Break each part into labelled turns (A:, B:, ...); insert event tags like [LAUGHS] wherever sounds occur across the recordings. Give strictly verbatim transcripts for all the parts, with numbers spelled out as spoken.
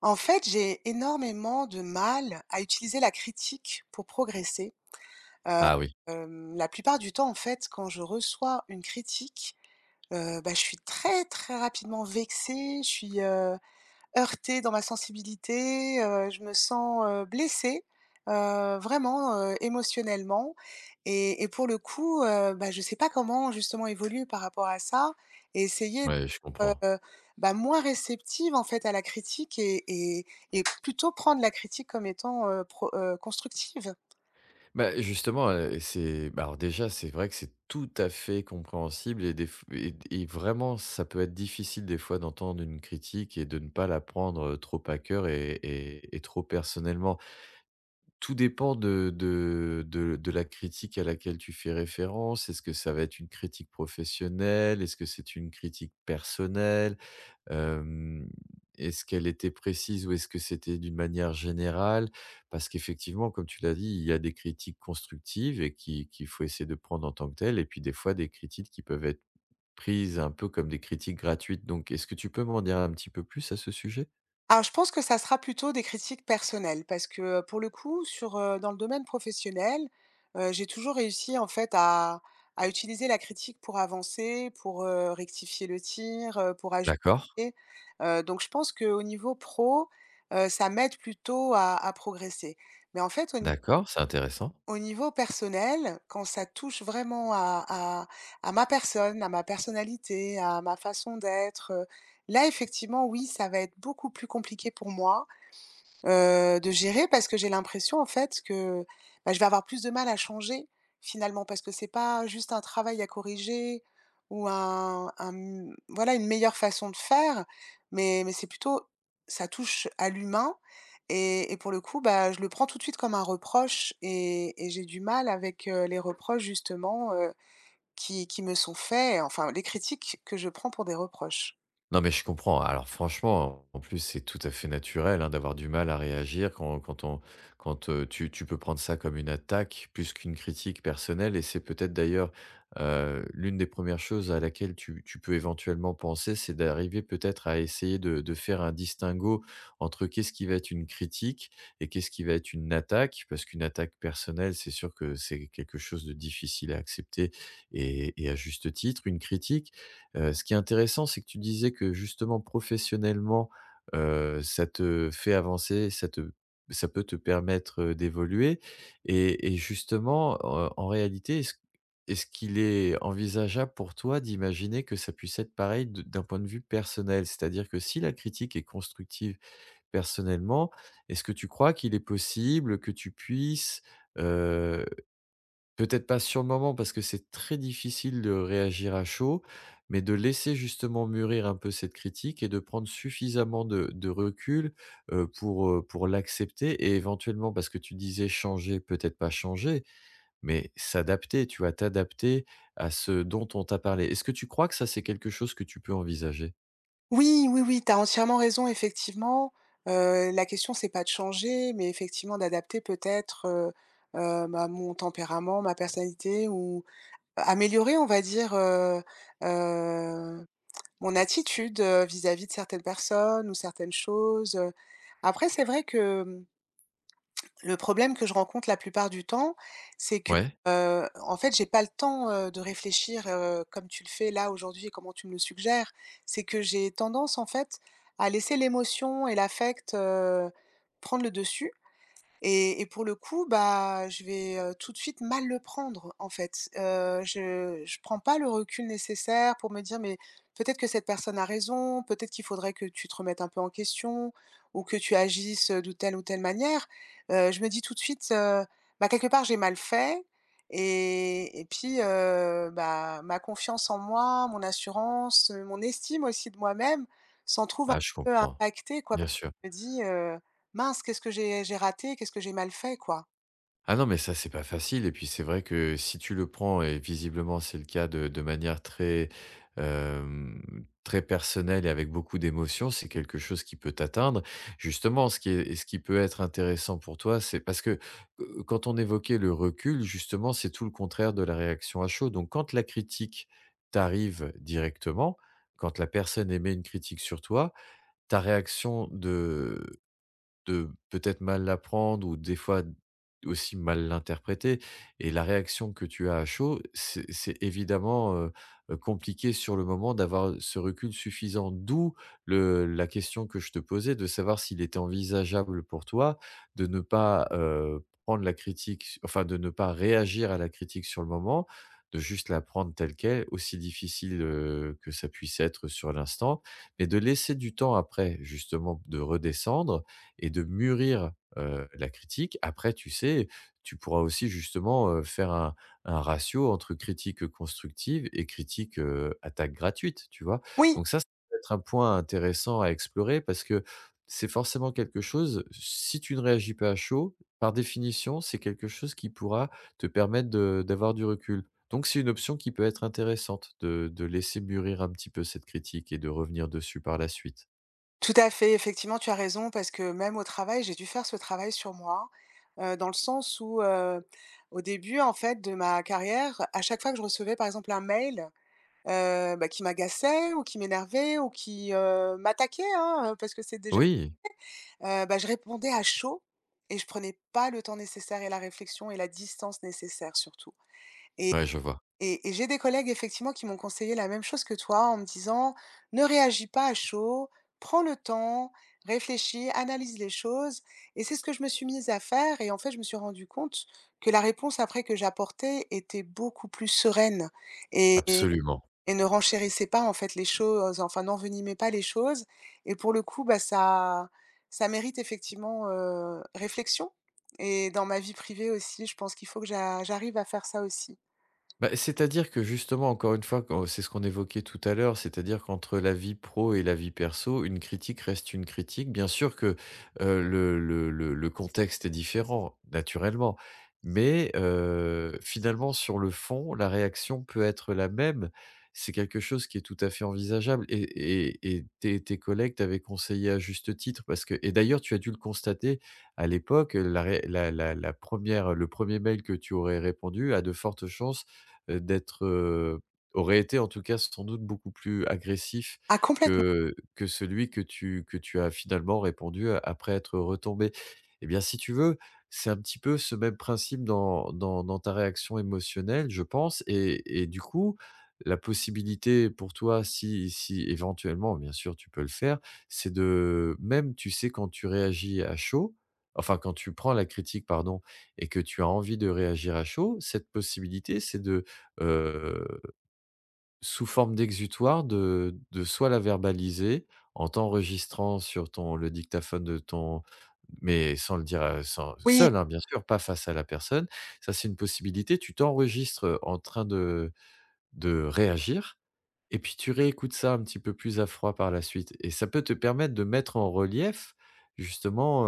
A: En fait, j'ai énormément de mal à utiliser la critique pour progresser. Heu,
B: Ah oui,
A: hem, la plupart du temps, en fait, quand je reçois une critique, heu, bah, je suis très, très rapidement vexée, je suis, heu heurtée dans ma sensibilité, heu, je me sens, heu, blessée, heu, vraiment, heu, émotionnellement, et et pour le coup, heu, bah, je sais pas comment justement évoluer par rapport à ça et essayer d'être,
B: ouais, je comprends.
A: heu, bah, moins réceptive en fait à la critique, et et et plutôt prendre la critique comme étant, heu, pro heu, constructive.
B: Bah, justement, heu, c'est bah, alors déjà, c'est vrai que c'est tout à fait compréhensible et des f et et vraiment, ça peut être difficile des fois d'entendre une critique et de ne pas la prendre trop à cœur et et et trop personnellement. Tout dépend de de de de la critique à laquelle tu fais référence. Est-ce que ça va être une critique professionnelle? Est-ce que c'est une critique personnelle? Hem, Est-ce qu'elle était précise ou est-ce que c'était d'une manière générale? Parce qu'effectivement, comme tu l'as dit, il y a des critiques constructives et qui qu'il faut essayer de prendre en tant que telles, et puis des fois des critiques qui peuvent être prises un peu comme des critiques gratuites. Donc est-ce que tu peux m'en dire un petit peu plus à ce sujet?
A: Alors, je pense que ça sera plutôt des critiques personnelles parce que, heu, pour le coup, sur, heu, dans le domaine professionnel, heu, j'ai toujours réussi en fait à à utiliser la critique pour avancer, pour, heu, rectifier le tir, heu, pour
B: D'accord,
A: ajuster. Heu, donc je pense qu'au niveau pro, heu, ça m'aide plutôt à à progresser. Mais en fait, au ni
B: d'accord, c'est intéressant.
A: au niveau personnel, quand ça touche vraiment à à à ma personne, à ma personnalité, à ma façon d'être, heu, là effectivement, oui, ça va être beaucoup plus compliqué pour moi, Heu, de gérer parce que j'ai l'impression en fait que, bah, je vais avoir plus de mal à changer finalement parce que c'est pas juste un travail à corriger ou un un voilà une meilleure façon de faire, mais mais c'est plutôt ça touche à l'humain et et pour le coup, bah, je le prends tout de suite comme un reproche et et j'ai du mal avec, heu, les reproches justement, heu, qui qui me sont faits, enfin les critiques que je prends pour des reproches.
B: Non, mais je comprends. Alors franchement, en plus, c'est tout à fait naturel, hein, d'avoir du mal à réagir quand quand on quand, heu, tu tu peux prendre ça comme une attaque plus qu'une critique personnelle, et c'est peut-être d'ailleurs, heu, l'une des premières choses à laquelle tu tu peux éventuellement penser: c'est d'arriver peut-être à essayer de de faire un distinguo entre qu'est-ce qui va être une critique et qu'est-ce qui va être une attaque. Parce qu'une attaque personnelle, c'est sûr que c'est quelque chose de difficile à accepter, et et à juste titre. Une critique, Heu, ce qui est intéressant, c'est que tu disais que justement professionnellement, heu, ça te fait avancer, ça te ça peut te permettre, heu, d'évoluer. Et et justement, heu, en réalité, est-ce est-ce qu'il est envisageable pour toi d'imaginer que ça puisse être pareil de d'un point de vue personnel? C'est-à-dire que si la critique est constructive personnellement, est-ce que tu crois qu'il est possible que tu puisses, peut-être pas sur le moment parce que c'est très difficile de réagir à chaud, mais de laisser justement mûrir un peu cette critique et de prendre suffisamment de de recul, heu, pour, heu, pour l'accepter, et éventuellement, parce que tu disais changer, peut-être pas changer, mais s'adapter, tu vas t'adapter à ce dont on t'a parlé. Est-ce que tu crois que ça, c'est quelque chose que tu peux envisager?
A: Oui, oui, oui, tu as entièrement raison, effectivement. Heu, la question, c'est pas de changer, mais effectivement d'adapter peut-être, heu heu, bah, mon tempérament, ma personnalité, ou améliorer, on va dire, heu heu, mon attitude, heu, vis-à-vis de certaines personnes ou certaines choses. Après, c'est vrai que, mmh le problème que je rencontre la plupart du temps, c'est que,
B: Ouais?
A: heu, en fait, j'ai pas le temps, heu, de réfléchir, heu, comme tu le fais là aujourd'hui et comment tu me le suggères. C'est que j'ai tendance, en fait, à laisser l'émotion et l'affect, heu, prendre le dessus et et pour le coup, bah, je vais, heu, tout de suite mal le prendre, en fait. Heu, je je prends pas le recul nécessaire pour me dire: «Mais peut-être que cette personne a raison, peut-être qu'il faudrait que tu te remettes un peu en question ou que tu agisses, heu, de telle ou telle manière». Heu, je me dis tout de suite, heu: «Bah, quelque part, j'ai mal fait», et et puis, heu, bah, ma confiance en moi, mon assurance, heu, mon estime aussi de moi-même s'en trouve un
B: Ah je
A: peu
B: comprends.
A: impactée, quoi,
B: Bien
A: parce que
B: sûr.
A: je me dis, mince, qu'est-ce que j'ai j'ai raté? Qu'est-ce que j'ai mal fait, quoi?
B: Ah non, mais ça, c'est pas facile, et puis c'est vrai que si tu le prends, et visiblement c'est le cas, de de manière très, hem, très personnelle et avec beaucoup d'émotion, c'est quelque chose qui peut t'atteindre. Justement, ce qui est ce qui peut être intéressant pour toi, c'est parce que, heu, quand on évoquait le recul, justement, c'est tout le contraire de la réaction à chaud. Donc quand la critique t'arrive directement, quand la personne émet une critique sur toi, ta réaction de de peut-être mal l'apprendre ou des fois aussi mal l'interpréter, et la réaction que tu as à chaud, c'est c'est évidemment, heu heu, compliqué sur le moment d'avoir ce recul suffisant. D'où le la question que je te posais, de savoir s'il était envisageable pour toi de ne pas, heu, prendre la critique, enfin de ne pas réagir à la critique sur le moment, de juste la prendre telle quelle, aussi difficile, heu, que ça puisse être sur l'instant, mais de laisser du temps après, justement, de redescendre et de mûrir, heu, la critique. Après, tu sais, tu pourras aussi justement, heu, faire un un ratio entre critique, heu, constructive et critique, heu, attaque gratuite, tu vois?
A: Oui,
B: Donc ça, ça peut être un point intéressant à explorer, parce que c'est forcément quelque chose: si tu ne réagis pas à chaud, par définition, c'est quelque chose qui pourra te permettre de d'avoir du recul. Donc c'est une option qui peut être intéressante, de de laisser mûrir un petit peu cette critique et de revenir dessus par la suite.
A: tout à fait, effectivement, tu as raison parce que même au travail, j'ai dû faire ce travail sur moi, heu, dans le sens où, heu, au début, en fait, de ma carrière, à chaque fois que je recevais, par exemple, un mail, heu, bah, qui m'agaçait ou qui m'énervait ou qui, heu, m'attaquait, hein, heu, parce que c'est déjà
B: Oui,
A: heu, bah, je répondais à chaud et je prenais pas le temps nécessaire et la réflexion et la distance nécessaire surtout.
B: ouais, je vois,
A: Et et j'ai des collègues effectivement qui m'ont conseillé la même chose que toi en me disant: «Ne réagis pas à chaud, prends le temps, réfléchis, analyse les choses», et c'est ce que je me suis mise à faire, et en fait, je me suis rendue compte que la réponse après que j'apportais était beaucoup plus sereine et
B: absolument.
A: et ne renchérissait pas en fait les choses, enfin n'envenimait pas les choses, et pour le coup, bah, ça ça mérite effectivement, heu, réflexion, et dans ma vie privée aussi, je pense qu'il faut que j'a j'arrive à faire ça aussi.
B: Bah, c'est-à-dire que justement, encore une fois, quand c'est ce qu'on évoquait tout à l'heure, c'est-à-dire qu'entre la vie pro et la vie perso, une critique reste une critique. Bien sûr que euh, le, le, le, le contexte est différent, naturellement, mais euh, finalement, sur le fond, la réaction peut être la même. C'est quelque chose qui est tout à fait envisageable. Et, et, et tes, tes collègues t'avaient conseillé à juste titre, parce que, et d'ailleurs, tu as dû le constater à l'époque, la, ré- la, la, la première, le premier mail que tu aurais répondu a de fortes chances heu, d'être, heu, aurait été en tout cas sans doute beaucoup plus agressif
A: Ah complètement.
B: que que celui que tu que tu as finalement répondu a après être retombé. Eh bien, si tu veux, c'est un petit peu ce même principe dans dans dans ta réaction émotionnelle, je pense, et et du coup, la possibilité pour toi, si si éventuellement, bien sûr, tu peux le faire, c'est, de même, tu sais, quand tu réagis à chaud, enfin, quand tu prends la critique, pardon, et que tu as envie de réagir à chaud, cette possibilité, c'est de Heu, sous forme d'exutoire, de de soit la verbaliser en t'enregistrant sur ton le dictaphone de ton, mais sans le dire, heu, sans,
A: Oui,
B: seul, hein, bien sûr, pas face à la personne. Ça, c'est une possibilité. Tu t'enregistres, heu, en train de de réagir, et puis tu réécoutes ça un petit peu plus à froid par la suite, et ça peut te permettre de mettre en relief, justement,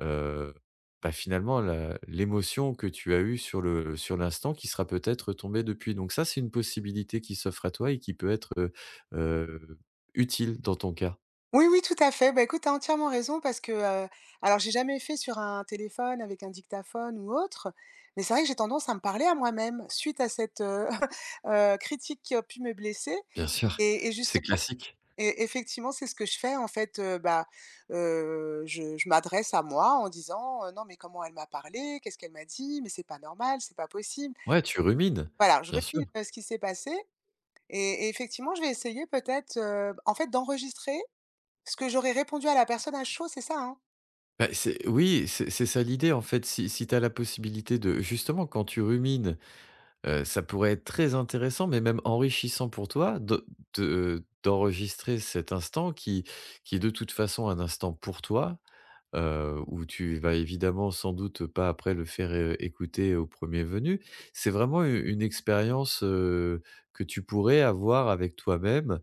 B: heu, bah, finalement la l'émotion que tu as eue sur le, sur l'instant, qui sera peut-être tombée depuis. Donc ça, c'est une possibilité qui s'offre à toi et qui peut être, heu heu, utile dans ton cas.
A: oui, oui, tout à fait. Bah, écoute, tu as entièrement raison parce que, heu, alors j'ai jamais fait sur un téléphone avec un dictaphone ou autre, mais c'est vrai que j'ai tendance à me parler à moi-même suite à cette, heu heu, [LAUGHS] critique qui a pu me blesser,
B: Bien sûr,
A: et et juste.
B: c'est classique.
A: Et effectivement, c'est ce que je fais en fait, heu, bah, heu, je je m'adresse à moi en disant: «Heu, non mais comment elle m'a parlé? Qu'est-ce qu'elle m'a dit? Mais c'est pas normal, c'est pas possible».
B: Ouais, tu rumines,
A: Voilà, je
B: bien sûr.
A: rumine, heu, ce qui s'est passé, et et effectivement, je vais essayer peut-être, heu, en fait, d'enregistrer ce que j'aurais répondu à la personne à chaud, c'est ça, hein?
B: Bah, c'est oui, c'est c'est ça l'idée, en fait. Si si tu as la possibilité de, justement, quand tu rumines, heu, ça pourrait être très intéressant, mais même enrichissant pour toi de de d'enregistrer cet instant, qui qui est de toute façon un instant pour toi, heu, où tu vas évidemment sans doute pas après le faire, heu, écouter au premier venu. C'est vraiment u une expérience, heu, que tu pourrais avoir avec toi-même,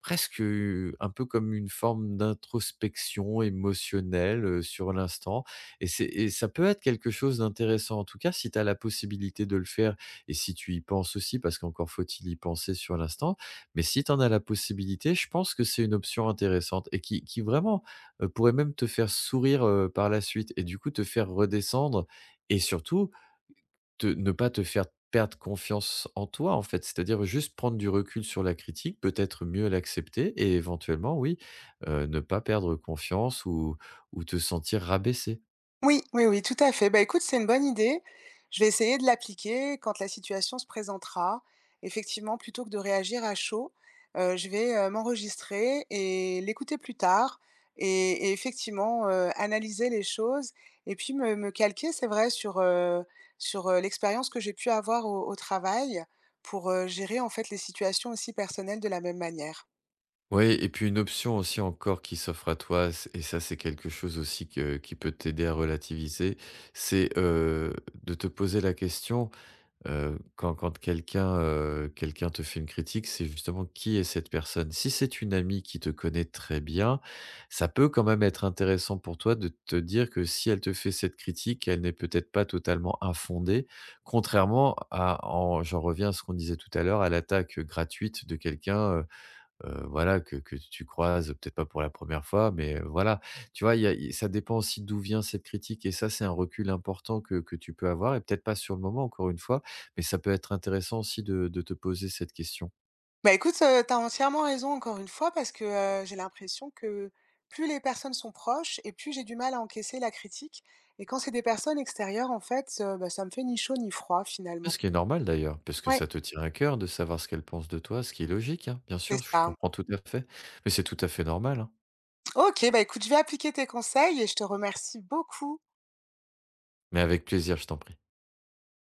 B: presque, heu, un peu comme une forme d'introspection émotionnelle, heu, sur l'instant. Et c'est, et ça peut être quelque chose d'intéressant, en tout cas, si tu as la possibilité de le faire et si tu y penses aussi, parce qu'encore faut-il y penser sur l'instant. Mais si tu en as la possibilité, je pense que c'est une option intéressante et qui qui vraiment, heu, pourrait même te faire sourire, heu, par la suite, et du coup te faire redescendre et surtout te ne pas te faire perdre confiance en toi, en fait. C'est-à-dire juste prendre du recul sur la critique, peut-être mieux l'accepter et éventuellement, oui, heu, ne pas perdre confiance ou ou te sentir rabaissé.
A: Oui, oui, oui, tout à fait. Bah, écoute, c'est une bonne idée. Je vais essayer de l'appliquer quand la situation se présentera. Effectivement, plutôt que de réagir à chaud, heu, je vais, heu, m'enregistrer et l'écouter plus tard, et et effectivement, heu, analyser les choses, et puis me me calquer, c'est vrai, sur, heu, sur, heu, l'expérience que j'ai pu avoir au au travail pour, heu, gérer, en fait, les situations aussi personnelles de la même manière.
B: Ouais, et puis une option aussi encore qui s'offre à toi, c et ça c'est quelque chose aussi que qui peut t'aider à relativiser, c'est, heu, de te poser la question: Heu, quand quand quelqu'un, heu, quelqu'un te fait une critique, c'est justement qui est cette personne? Si c'est une amie qui te connaît très bien, ça peut quand même être intéressant pour toi de te dire que si elle te fait cette critique, elle n'est peut-être pas totalement infondée. Contrairement à en j'en reviens à ce qu'on disait tout à l'heure, à l'attaque gratuite de quelqu'un, euh, heu, voilà, que que tu croises, peut-être pas pour la première fois, mais euh, voilà. Tu vois, il y a i ça dépend aussi d'où vient cette critique, et ça, c'est un recul important que que tu peux avoir, et peut-être pas sur le moment, encore une fois, mais ça peut être intéressant aussi de de te poser cette question.
A: Bah, écoute, heu, tu entièrement raison encore une fois parce que, heu, j'ai l'impression que plus les personnes sont proches et plus j'ai du mal à encaisser la critique, et quand c'est des personnes extérieures en fait, heu, bah, ça me fait ni chaud ni froid finalement.
B: Ce qui est normal d'ailleurs, parce que
A: Ouais,
B: ça te tient à cœur de savoir ce qu'elle pense de toi, ce qui est logique, hein, bien
A: c'est
B: sûr, je
A: ça.
B: comprends tout à fait, mais c'est tout à fait normal, hein.
A: OK, bah, écoute, je vais appliquer tes conseils et je te remercie beaucoup.
B: Mais avec plaisir, je t'en prie.